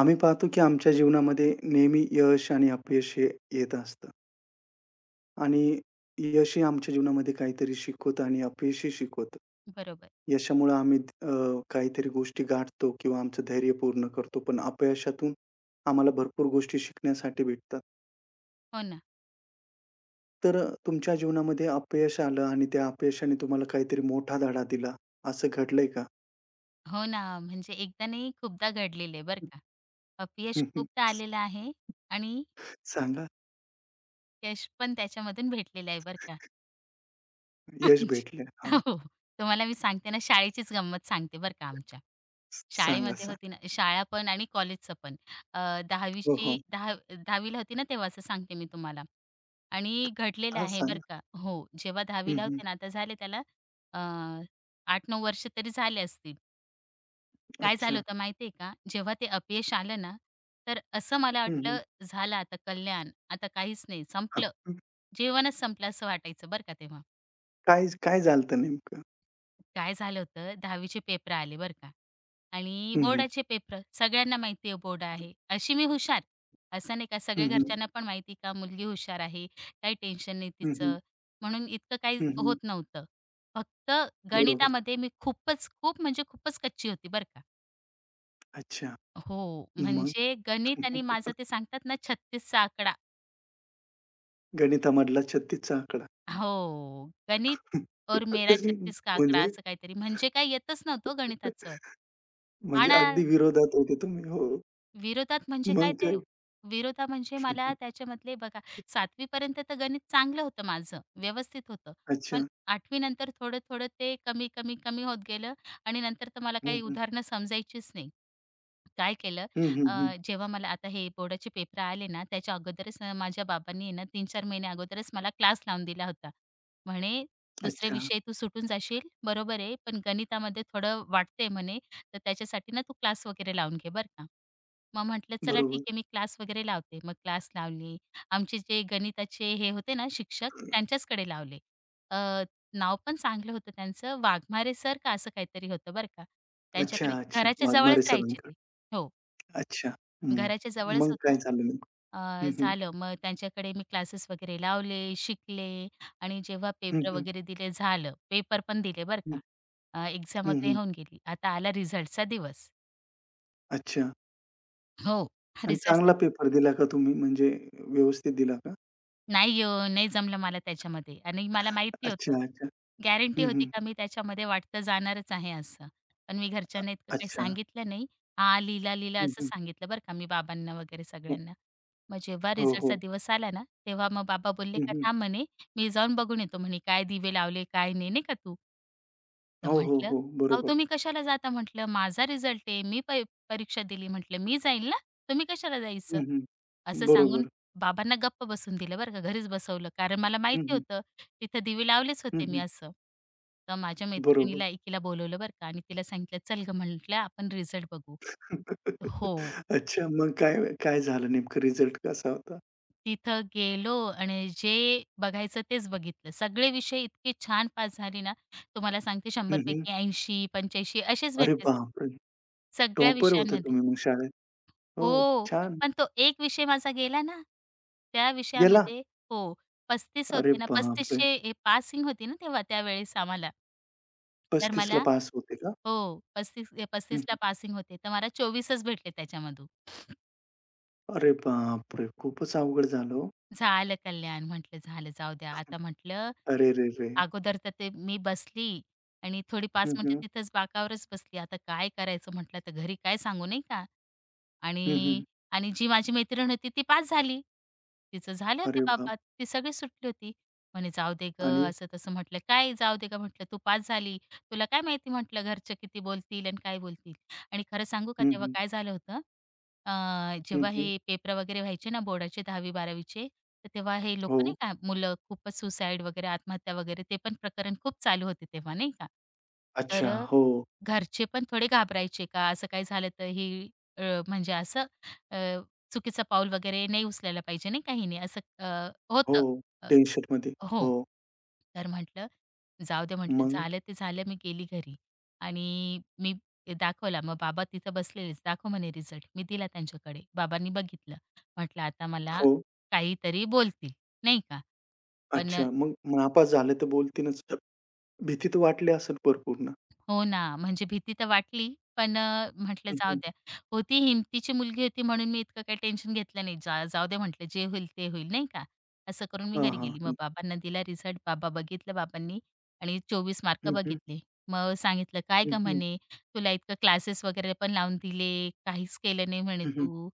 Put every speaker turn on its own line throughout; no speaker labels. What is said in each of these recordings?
आम्ही पाहतो की आमच्या जीवनामध्ये नेहमी यश आणि अपयश हे येत असतं आणि यश हे आमच्या जीवनामध्ये काहीतरी शिकवतं आणि अपयशही शिकवतं.
बरोबर.
यशामुळे आम्ही काहीतरी गोष्टी गाठतो किंवा आमचं धैर्य पूर्ण करतो. पण अपयशातून आम्हाला भरपूर गोष्टी शिकण्यासाठी भेटतात.
हो ना.
तर तुमच्या जीवनामध्ये अपयश आलं आणि त्या अपयशाने तुम्हाला काहीतरी मोठा धडा दिला, असं घडलंय का?
हो ना. म्हणजे एकदा नाही खूपदा घडलेलं आहे बरं का. अपयश खूपदा आलेलं आहे आणि
सांगा.
यश पण त्याच्यामधून भेटलेलं आहे बरं का.
यश
म्हणजे-
भेटलं. हां.
हो. तुम्हाला मी सांगते ना, शाळेचीच गंमत सांगते बरं का आमच्या.
सांगा,
शाळेमध्ये
सांगा.
होती ना शाळा पण आणि कॉलेजचं पण.
हो,
10वीची
हो.
10 10वीला होती ना तेव्हा, असं सांगते मी तुम्हाला. आणि घडलेलं
हां,
आहे बरं
सांगा.
का. हो. जेव्हा
हं,
10वीला
हं.
होते ना, आता झाले त्याला अ, 8-9 वर्ष तरी झाले असतील. काय झालं
अच्छा.
होतं माहिती का? जेव्हा ते अपयश आलं ना, तर असं मला
हं,
वाटलं, झालं आता कल्याण, आता काहीच नाही, संपलं.
हां.
जीवनच संपलं असं वाटायचं बरं का तेव्हा.
काय काय झालं नेमकं?
काय झालं होतं, 10वी पेपर आले बरं का आणि
हं, हं.
बोर्डाचे पेपर. सगळ्यांना माहिती आहे बोर्ड आहे. अशी मी हुशार. असं नाही का, सगळ्या
हं, हं.
घरच्यांना पण माहिती का मुलगी हुशार आहे, काही टेन्शन नाही
हं, हं.
तिचं. म्हणून इतकं काही
हं, हं.
होत नव्हतं. फक्त
बरोबर.
गणितामध्ये मी खूपच, खूप म्हणजे खूपच कच्ची होती बरं का.
अच्छा.
हो,
मग?
म्हणजे गणित आणि माझं, ते सांगतात ना 36 आकडा.
गणितामधला 36 चा आकडा.
हो, गणित और मेरा 36 का आकडा,
म्हणजे
असं काहीतरी म्हणजे काही येतच नव्हतं हो गणिताचं. हां
म्हणजे
ना.
अगदी विरोधात होते तुम्ही. हो.
विरोधात म्हणजे काय
मग
ते?
काय?
विरोधा म्हणजे मला त्याच्यामधले बघा, 7वी पर्यंत तर गणित चांगलं होतं माझं, व्यवस्थित होतं. पण
अच्छा.
8वी नंतर थोडं-थोडं ते कमी होत गेलं आणि नंतर तर मला
हं,
काही
हं.
उदाहरणं समजायचीच नाही. काय केलं.
हं, हं, हं.
जेव्हा मला आता हे बोर्डाचे पेपर आले ना, त्याच्या अगोदरच माझ्या बाबांनी आहे ना 3-4 महिने अगोदरच मला क्लास लावून दिला होता. म्हणे, "दुसरे
अच्छा.
विषय तू सुटून जाशील, बरोबर आहे, पण गणितामध्ये थोडं वाटतंय म्हणे, तर त्याच्यासाठी ना तू क्लास वगैरे लावून घे बरं का." मग म्हटलं चला
बरोबर.
ठीक आहे, मी क्लास वगैरे लावते. मग क्लास लावली, आमचे जे गणिताचे हे होते ना शिक्षक, त्यांच्याचकडे लावले. अ, नाव पण चांगलं होतं त्यांचं, वाघमारे सर का असं काहीतरी होतं बरं का.
अच्छा,
त्यांच्याकडे
अच्छा.
घराच्या
वाघमारे
जवळच राहायचे
सरांकडे.
ते. हो,
अच्छा. हं.
घराच्या जवळच
मग काय
होतं.
झालं नेमकं? हं, हं.
झालं, मग त्यांच्याकडे मी क्लासेस वगैरे लावले, शिकले आणि जेव्हा
हं,
पेपर
हं.
वगैरे दिले झालं. पेपर पण दिले बरं का.
हं.
एक्झाम
हं,
वगैरे
हं.
होऊन गेली. आता आला रिझल्टचा दिवस.
अच्छा.
हो,
आणि चांगला
रिझल्टचा
पेपर दिला का तुम्ही म्हणजे व्यवस्थित दिला का?
नाही हो, नाही जमलं मला त्याच्यामध्ये आणि मला माहिती होतं.
अच्छा, अच्छा.
गॅरंटी
हं,
होती
हं.
का मी त्याच्यामध्ये वाटतं जाणारच आहे असं. पण मी घरच्यांना इतकं काही
अच्छा.
सांगितलं नाही. हां, लिहिला-लिहिला
हं,
असं
हं.
सांगितलं बरं का मी बाबांना वगैरे
हो,
सगळ्यांना. मग जेव्हा
हो,
रिझल्टचा
हो.
दिवस आला ना, तेव्हा मग बाबा बोलले
हं,
का
हं.
थांब म्हणे, "मी जाऊन बघून येतो" म्हणे, "काय दिवे लावले, काय नाही" नाही का तू. तर
हो, हो,
म्हटलं,
हो.
"अहो,
बरोबर.
तुम्ही कशाला जाता?" म्हटलं, "माझा रिझल्ट आहे. मी पै परीक्षा दिली." म्हटलं, "मी जाईल ना, तुम्ही कशाला जायचं?"
हं, हं.
असं सांगून
बरोबर.
बाबांना गप्प बसून दिलं बरं का, घरीच बसवलं. कारण मला
हं,
माहिती
हं.
होतं, तिथं दिवे लावलेच
हं,
होते मी
हं.
असं. तर माझ्या
बरोबर.
मैत्रिणीला एकीला बोलवलं बरं का आणि तिला सांगितलं, "चल गं," म्हटलं, "आपण रिझल्ट बघू." हो,
अच्छा, मग काय काय झालं नेमकं रिझल्ट कसा होता?
तिथं गेलो आणि जे बघायचं तेच बघितलं. सगळे विषय इतके छान पास झाले ना, तुम्हाला सांगते
हं,
100
हं.
पैकी 80-85 असेच
अरे
भेटले
बापरे!
सगळ्या
टॉपर होता
विषयांमध्ये.
तुम्ही मग शाळेत. हो,
हो,
छान.
पण तो एक विषय माझा गेला ना, त्या
गेला?
विषयामध्ये हो, 35
अरे
होते ना, 3500
बापरे!
ए, पासिंग होती ना तेव्हा त्यावेळेस आम्हाला. तर
35 ला
मला
पास होते का?
हो,
हं,
35ला
हं.
पासिंग होते, तर मला 24च भेटले त्याच्यामधून.
अरे बापरे! खूपच अवघड झालं हो.
झालं कल्याण म्हटलं, झालं जाऊ द्या. आता म्हटलं
अरेरेरे!
अगोदर तर ते मी बसली आणि थोडी 5
हं,
मिनिटं
हं.
तिथंच बाकावरच बसली. आता काय करायचं म्हटलं, तर घरी काय सांगू नाही का?
हं,
आणि
हं.
आणि जी माझी मैत्रीण होती ती पास झाली. तिचं झाले होते
अरे बाप!
बाबा, ती सगळी सुटली होती. म्हणे जाऊ दे
आणि
गं, असं तसं म्हटलं. "काय जाऊ दे गं," म्हटलं, "तू पास झाली. तुला काय माहिती," म्हटलं, "घरचे किती बोलतील आणि काय बोलतील." आणि खरं सांगू का
हं,
तेव्हा
हं.
काय झालं होतं, अ,
हं,
जेव्हा
हं.
हे पेपर वगैरे व्हायचे ना बोर्डाचे 10वी-12वी, तर तेव्हा हे
हो.
लोकं नाही का मुलं खूपच सुसाईड वगैरे आत्महत्या वगैरे ते पण प्रकरण खूप चालू होते तेव्हा नाही का.
अच्छा.
तर
हो,
घरचे पण थोडे घाबरायचे का? असं काही झालं तर ही, अ, म्हणजे असं, अ, चुकीचं पाऊल वगैरे नाही उचलायला पाहिजे नाही का हिने, असं
हो.
होतं. अ,
टी-शर्टमध्ये.
हो.
हो.
तर म्हटलं, "जाऊ दे," म्हटलं,
मग?
"झालं ते झालं." मी गेली घरी आणि मी ते दाखवला. मग बाबा तिथं बसलेलेच. "दाखव" म्हणे रिझल्ट. मी दिला त्यांच्याकडे. बाबांनी बघितलं. म्हटलं, "आता मला
हो.
काहीतरी बोलतील." नाही का? पण
अच्छा. मग नापास झाले तर बोलतीलच. भीती तर वाटली असेल भरपूर ना?
हो ना, म्हणजे भीती तर वाटली, पण म्हटलं
हं,
जाऊ
हं.
द्या. होती हिमतीची मुलगी होती म्हणून मी इतकं काही टेन्शन घेतलं नाही. जा जाऊ दे म्हटलं, जे होईल ते होईल, नाही का. असं करून मी
हां,
घरी गेली. मग
हां.
बाबांना दिला रिझल्ट. बाबा बघितलं बाबांनी आणि 24 मार्क
हं, हं, हं.
बघितले. मग सांगितलं, "काय
हं,
गं,"
हं.
म्हणे, "तुला इतकं क्लासेस वगैरे पण लावून दिले, काहीच केलं नाही," म्हणे,
हं, हं.
"तू."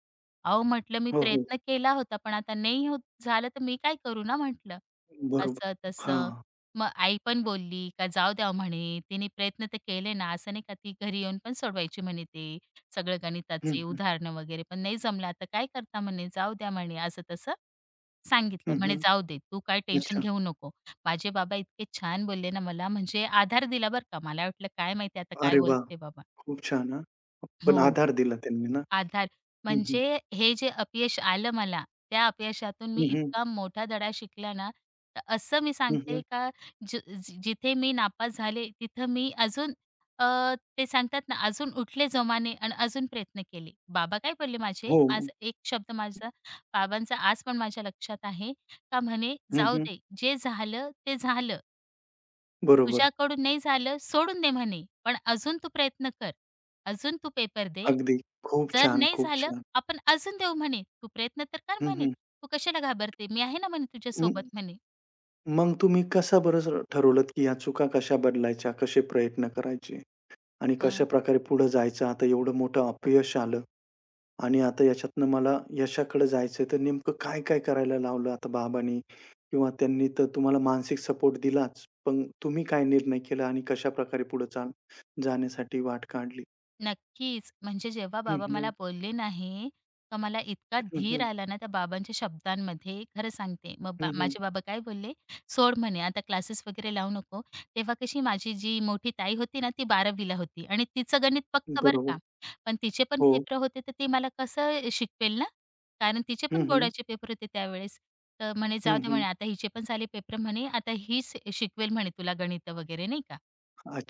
अहो, म्हटलं, "मी
हो, हो.
प्रयत्न केला होता, पण आता नाही होत झालं, तर मी काय करू ना," म्हटलं.
बरोबर.
असं
हां.
तसं. मग आई पण बोलली का जाऊ द्या हो," म्हणे, तिने प्रयत्न तर केले ना, असं नाही का ती घरी येऊन पण सोडवायची म्हणे ते सगळं
हं,
गणिताचे
हं.
उदाहरणं वगैरे, पण नाही जमलं आता काय करता म्हणे, जाऊ द्या म्हणे, असं-तसं सांगितलं.
हं,
म्हणे
हं.
जाऊ दे, तू काय टेन्शन
अच्छा.
घेऊ नको. माझे बाबा इतके छान बोलले ना मला, म्हणजे आधार दिला बरं का. मला वाटलं काय माहिती आता काय
अरे वाह!
बोलते बाबा.
खूप छान हां. पण
हो.
आधार दिला त्यांनी ना?
आधार.
हं, हं.
म्हणजे हे जे अपयश आलं मला, त्या अपयशातून मी
हं, हं.
इतका मोठा धडा शिकला ना, तर असं मी
हं,
सांगते
हं.
का, जिथे मी नापास झाले, तिथं मी अजून, अ, ते सांगतात ना, अजून उठले जोमाने आणि अजून प्रयत्न केले. बाबा काय बोलले माझे?
हो.
माझा एक शब्द बाबांचा आज पण माझ्या लक्षात आहे. का म्हणे,
हं,
"जाऊ
हं.
दे, जे झालं ते झालं.
बरोबर.
तुझ्याकडून नाही झालं, सोडून दे म्हणे, पण अजून तू प्रयत्न कर. अजून तू पेपर दे.
अगदी. खूप
जर
छान,
नाही
खूप
झालं,
छान.
आपण अजून देऊ म्हणे. तू प्रयत्न तर कर
हं,
म्हणे.
हं.
तू कशाला घाबरते? मी आहे ना म्हणे
हं.
तुझ्यासोबत म्हणे.
मग तुम्ही कसं बरं स ठरवलत, की या चुका कशा बदलायच्या? कसे प्रयत्न करायचे? आणि
मग?
कशाप्रकारे पुढे जायचं? आता एवढं मोठं अपयश आलं आणि आता याच्यातनं मला यशाकडे जायचंय, तर नेमकं काय-काय करायला लावलं आता बाबांनी? किंवा त्यांनी तर तुम्हाला मानसिक सपोर्ट दिलाच, पण तुम्ही काय निर्णय केला आणि कशाप्रकारे पुढे चाल जाण्यासाठी वाट काढली?
नक्कीच. म्हणजे जेव्हा
हं,
बाबा
हं.
मला बोलले ना हे, तर मला इतका
हं,
धीर
हं.
आला ना त्या बाबांच्या शब्दांमध्ये. खरं सांगते. मग
हं,
माझे बाबा काय बोलले, "सोड म्हणे आता क्लासेस वगैरे लावू नको." तेव्हा कशी माझी जी मोठी ताई होती ना, ती 12वी होती आणि तिचं गणित पक्कं बरं
बरोबर.
का. पण तिचे पण
हो.
पेपर होते, तर ती मला कसं शिकवेल ना, कारण तिचे
हं,
पण
हं.
बोर्डाचे पेपर होते त्यावेळेस. तर म्हणे,
हं,
"जाऊ दे
हं.
म्हणे, आता हिचे पण झाले पेपर म्हणे, आता हीच शिकवेल म्हणे तुला गणितं वगैरे." नाही का.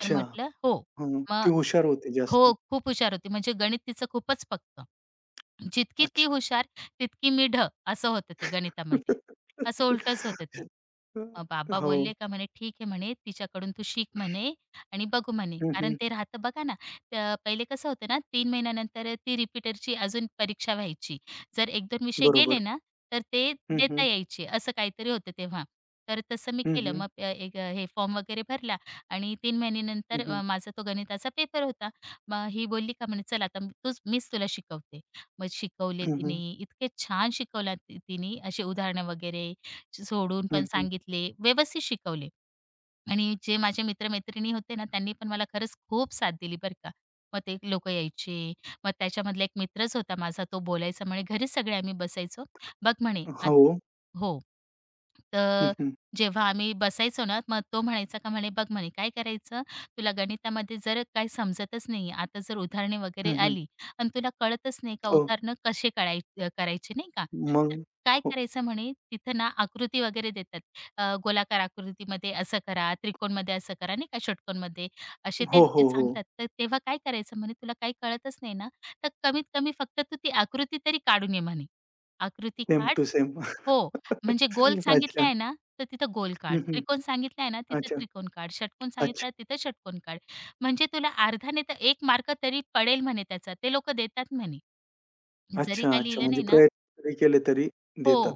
तर म्हटलं, "हो."
हं. ती
मग
हुशार होती
हो,
जास्त.
खूप हुशार होती. म्हणजे गणित तिचं खूपच पक्क. जितकी ती
अच्छा.
हुशार, तितकी मी ढ, असं होतं ते गणितामध्ये. असं उलटंच होतं ते. मग बाबा
हो.
बोलले का म्हणे, "ठीक आहे," म्हणे, "तिच्याकडून तू शिक," म्हणे, "आणि बघू," म्हणे.
हं,
कारण
हं.
ते राहतं बघा ना, तर पहिले कसं होतं ना, 3 महिन्यानंतर ती रिपीटरची अजून परीक्षा व्हायची. जर एक दोन विषय गेले
बरोबर.
ना, तर ते
हं, हं.
देता यायचे, असं काहीतरी होतं तेव्हा. तर तसं मी
हं,
केलं.
हं.
मग एक हे फॉर्म वगैरे भरला आणि 3
हं,
महिन्यानंतर
हं.
माझा तो गणिताचा पेपर होता. मग ही बोलली का म्हणे, " तूच मीच तुला शिकवते." मग शिकवले
हं, हं.
तिने. इतके छान शिकवला तिने, अशी उदाहरणं वगैरे सोडून
हं,
पण
हं.
सांगितले, व्यवस्थित शिकवले. आणि जे माझे मित्र-मैत्रिणी होते ना, त्यांनी पण मला खरंच खूप साथ दिली बरं का. मग ते लोकं यायचे. मग त्याच्यामधला एक मित्रच होता माझा, तो बोलायचा म्हणे, घरीच सगळे आम्ही बसायचो. बघ म्हणे आता
हो.
हो.
हं,
तर
हं.
जेव्हा आम्ही बसायचो ना, मग तो म्हणायचा का म्हणे, "बघ म्हणे काय करायचं, तुला गणितामध्ये जर काही समजतच नाही, आता जर उदाहरणे वगैरे
हं, हं.
आली आणि तुला कळतच नाही का
हो.
उदाहरणं कसे कळाय करायचे नाही का, तर
मग
काय
हो,
करायचं म्हणे, तिथं ना आकृती वगैरे देतात. गोलाकार आकृतीमध्ये असं करा, त्रिकोणमध्ये असं करा, नाही का, षटकोनमध्ये. असे ते
हो, हो, हो.
सांगतात. तर तेव्हा काय करायचं म्हणे, "तुला काही कळतच नाही ना, तर कमीत कमी फक्त तू ती आकृती तरी काढून ये," म्हणे. "आकृती
सेम
काढ."
Two same.
हो, म्हणजे गोल सांगितला
अच्छा.
आहे ना, तर तिथं गोल काढ.
हं, हं.
त्रिकोण सांगितला आहे ना, तिथं
अच्छा.
त्रिकोण काढ. षटकोन सांगितला
अच्छा.
आहे, तिथं षटकोन काढ. म्हणजे तुला अर्धा तर 1 मार्क तरी पडेल म्हणे त्याचा. ते लोकं देतात म्हणे. जरी
अच्छा,
काही
अच्छा.
लिहिलं
म्हणजे
नाही ना,
प्रयत्न जरी केले तरी
हो,
देतात.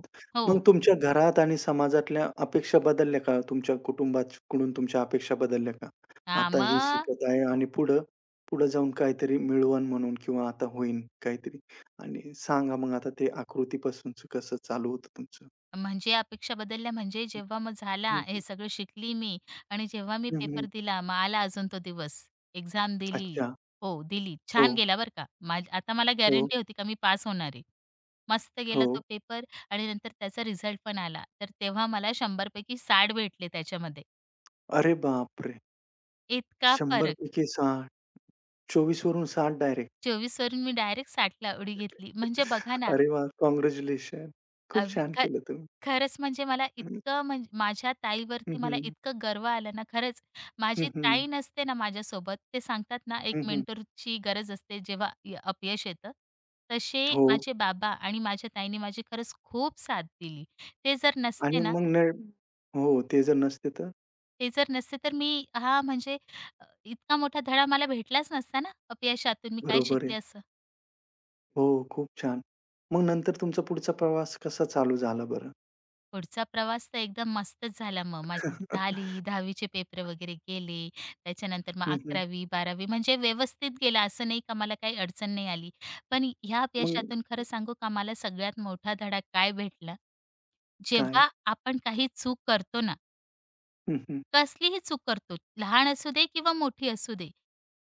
मग
हो.
तुमच्या घरात आणि समाजातल्या अपेक्षा बदलल्या का? तुमच्या कुटुंबाकडून तुमच्या अपेक्षा बदलल्या का?
हां,
आता हे
मग
शिकत आहे आणि पुढं, पुढं जाऊन काहीतरी मिळवण म्हणून किंवा आता होईन काहीतरी आणि सांगा मग आता ते आकृतीपासूनच कसं चालू होतं तुमचं?
म्हणजे अपेक्षा बदलल्या म्हणजे जेव्हा मग झाला
हं,
हे
हं,
सगळं शिकली मी आणि जेव्हा मी
हं,
पेपर
हं.
दिला मग आला अजून तो दिवस. एक्झाम दिली.
अच्छा.
हो, दिली.
हो,
छान गेला बरं का. माझ आता मला
हो,
गॅरंटी होती का मी पास होणार आहे. मस्त
हो.
गेला तो पेपर आणि नंतर त्याचा रिझल्ट पण आला. तर तेव्हा मला 100 पैकी भेटले त्याच्यामध्ये.
अरे बापरे!
इतका
100
फरक.
पैकी 60 24 वरून 60 डायरेक्ट.
24 वरून मी डायरेक्ट 60 उडी घेतली. म्हणजे बघा ना,
अरे वाह! काँग्रॅच्युलेशन. खूप छान केलं तुम्ही.
खरंच म्हणजे मला
हं,
इतकं म्हणजे माझ्या
हं,
ताईवरती मला
हं.
इतकं गर्व आलं ना, खरंच.
हं,
माझी
हं.
ताई नसते ना माझ्यासोबत, ते सांगतात ना एक
हं,
मेंटरची गरज असते जेव्हा अपयश येतं. तसे
हो
माझे बाबा आणि माझ्या ताईने माझी खरंच खूप साथ दिली. ते जर नसते
आणि
ना,
मग न हो, ते जर नसते तर?
ते जर नसते तर मी हा म्हणजे इतका मोठा धडा मला भेटलाच नसता ना, अपयशातून मी काय
बरोबर आहे.
शिकले.
हो, खूप छान. मग नंतर तुमचा पुढचा प्रवास कसा चालू झाला बरं?
पुढचा प्रवास तर एकदम मस्तच झाला मग. माझी झाली 10वी पेपर वगैरे गेले. त्याच्यानंतर मग
हं, हं.
11वी बारावी, म्हणजे व्यवस्थित गेला. असं नाही का मला काही अडचण नाही आली. पण ह्या
मग
अपयशातून खरं सांगू का मला सगळ्यात मोठा धडा काय भेटला?
काय?
जेव्हा आपण काही चूक करतो ना,
हं, हं.
कसलीही चूक करतो, लहान असू दे किंवा मोठी असू दे.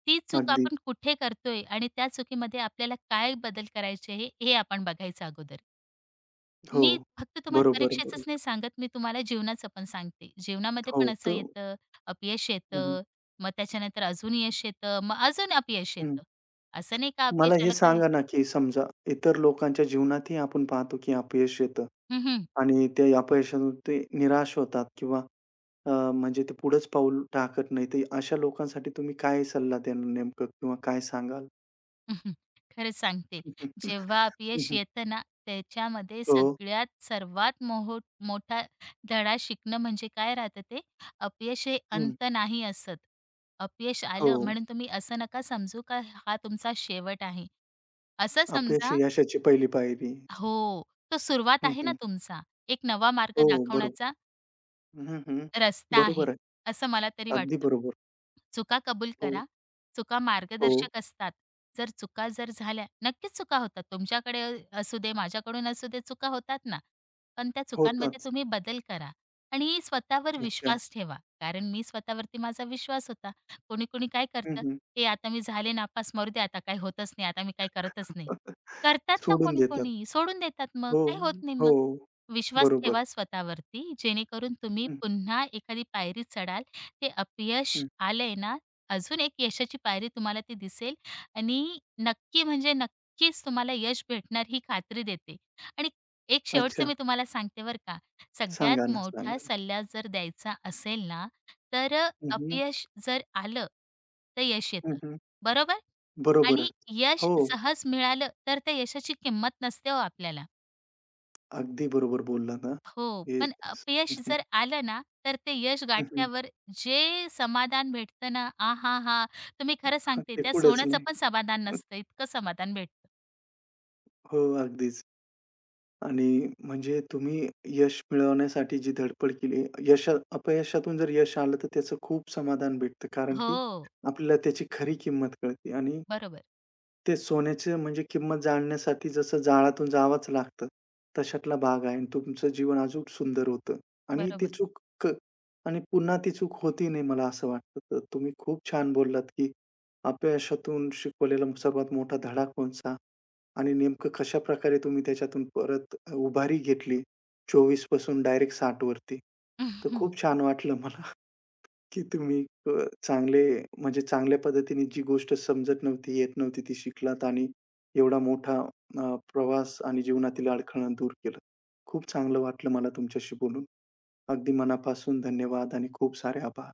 ती चूक
अगदी.
आपण कुठे करतोय आणि त्या चुकीमध्ये आपल्याला काय बदल करायचे हे हे आपण बघायचं अगोदर.
हो.
मी फक्त तुम्हाला
बरोबर,
परीक्षेचंच
बरोबर.
नाही सांगत, मी तुम्हाला जीवनाचं पण सांगते. जीवनामध्ये
हो,
पण असं
तर
येतं, अपयश
हं, हं.
येतं, मग त्याच्यानंतर अजून यश येतं, मग अजून अपयश
हं.
येतं. असं नाही का
मला
अपयश
हे
आलं काय.
सांगा ना, की समजा इतर लोकांच्या जीवनातही आपण पाहतो, की अपयश येतं
हं, हं.
आणि त्या अपयशातून ते निराश होतात किंवा म्हणजे ते पुढेच पाऊल टाकत नाही. तर अशा लोकांसाठी तुम्ही काय सल्ला द्याल नेमकं किंवा काय सांगाल?
खरंच सांगते.
हं,
जेव्हा अपयश
हं.
येतं ना, त्याच्यामध्ये
हो.
सगळ्यात सर्वात मोठा धडा शिकणं म्हणजे काय राहतं ते, अपयश हे
हं.
अंत नाही असत. अपयश
हो.
आलं म्हणून तुम्ही असं नका समजू का हा तुमचा शेवट आहे. असं
अपयश
समजा
ही यशाची पहिली पायरी.
हो, तो सुरुवात
हं,
आहे ना
हं.
तुमचा. एक नवा मार्ग
हो, बरोबर.
दाखवण्याचा,
हं, हं.
रस्ता आहे,
बरोबर आहे.
असं मला तरी
अगदी
वाटतं.
बरोबर.
चुका कबूल
हो,
करा. चुका
हो.
मार्गदर्शक असतात. जर चुका झाल्या, नक्कीच चुका होतात. तुमच्याकडे असू दे, माझ्याकडून असू दे, चुका होतात ना. पण त्या चुकांमध्ये
होताच.
तुम्ही बदल करा आणि स्वतःवर
अच्छा.
विश्वास ठेवा. कारण मी स्वतःवरती माझा विश्वास होता. कोणी-कोणी काय
हं,
करतं,
हं.
"ए, आता मी झाले नापास, मरू दे आता काही होतच नाही, आता मी काही करतच नाही." करतात ना
सोडून देतात.
कोणी-कोणी, सोडून देतात मग,
हो,
काही होत नाही
हो.
मग. विश्वास
बरोबर.
ठेवा स्वतःवरती, जेणेकरून तुम्ही
हं,
पुन्हा एखादी पायरी चढाल. ते अपयश
हं.
आलंय ना, अजून एक यशाची पायरी तुम्हाला ती दिसेल आणि नक्की म्हणजे नक्कीच तुम्हाला यश भेटणार ही खात्री देते. आणि एक शेवटचं
अच्छा.
मी तुम्हाला सांगते बरं का, सगळ्यात
सांगा ना,
मोठा
सांगा ना.
सल्ला जर द्यायचा असेल ना, तर
हं, हं.
अपयश जर आलं, तर यश
हं,
येतं,
हं.
बरोबर?
बरोबर आहे.
आणि यश
हो.
सहज मिळालं, तर त्या यशाची किंमत नसते हो आपल्याला.
अगदी बरोबर बोललात हां.
हो,
हे
पण
हं,
अपयश
हं.
जर आलं ना, तर ते यश गाठल्यावर जे समाधान भेटतं ना, आहाहा! तुम्ही खरं सांगते
ते
त्या
कुठंच
सोन्याचं
नाही.
पण समाधान नसतं, इतकं समाधान भेटतं.
हो, अगदीच. आणि म्हणजे तुम्ही यश मिळवण्यासाठी जी धडपड केली, यश अपयशातून जर यश आलं, तर त्याचं खूप समाधान भेटतं. कारण की
हो,
आपल्याला त्याची खरी किंमत कळते आणि
बरोबर,
ते सोन्याचं म्हणजे किंमत जाणण्यासाठी जसं जाळातून जावंच लागतं, तशातला भाग आहे आणि तुमचं जीवन अजूक सुंदर होतं आणि ती
बरोबर.
चूक क आणि पुन्हा ती चूक होती नाही मला असं वाटतं. तर तुम्ही खूप छान बोललात, की अपयशातून शिकवलेला सर्वात मोठा धडा कोणचा आणि नेमकं कशाप्रकारे तुम्ही त्याच्यातून परत उभारी घेतली 24 पासून डायरेक्ट 60 वरती. तर खूप छान वाटलं मला. की तुम्ही चांगले म्हणजे चांगल्या पद्धतीने जी गोष्ट समजत नव्हती, येत नव्हती ती शिकलात आणि एवढा मोठा प्रवास आणि जीवनातील अडखळा दूर केलं. खूप चांगलं वाटलं मला तुमच्याशी बोलून. अगदी मनापासून धन्यवाद आणि खूप सारे आभार.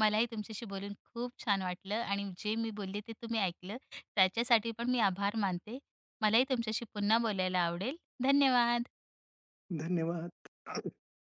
मलाही तुमच्याशी बोलून खूप छान वाटलं आणि जे मी बोलले ते तुम्ही ऐकलं, त्याच्यासाठी पण मी आभार मानते. मलाही तुमच्याशी पुन्हा बोलायला आवडेल. धन्यवाद.
धन्यवाद.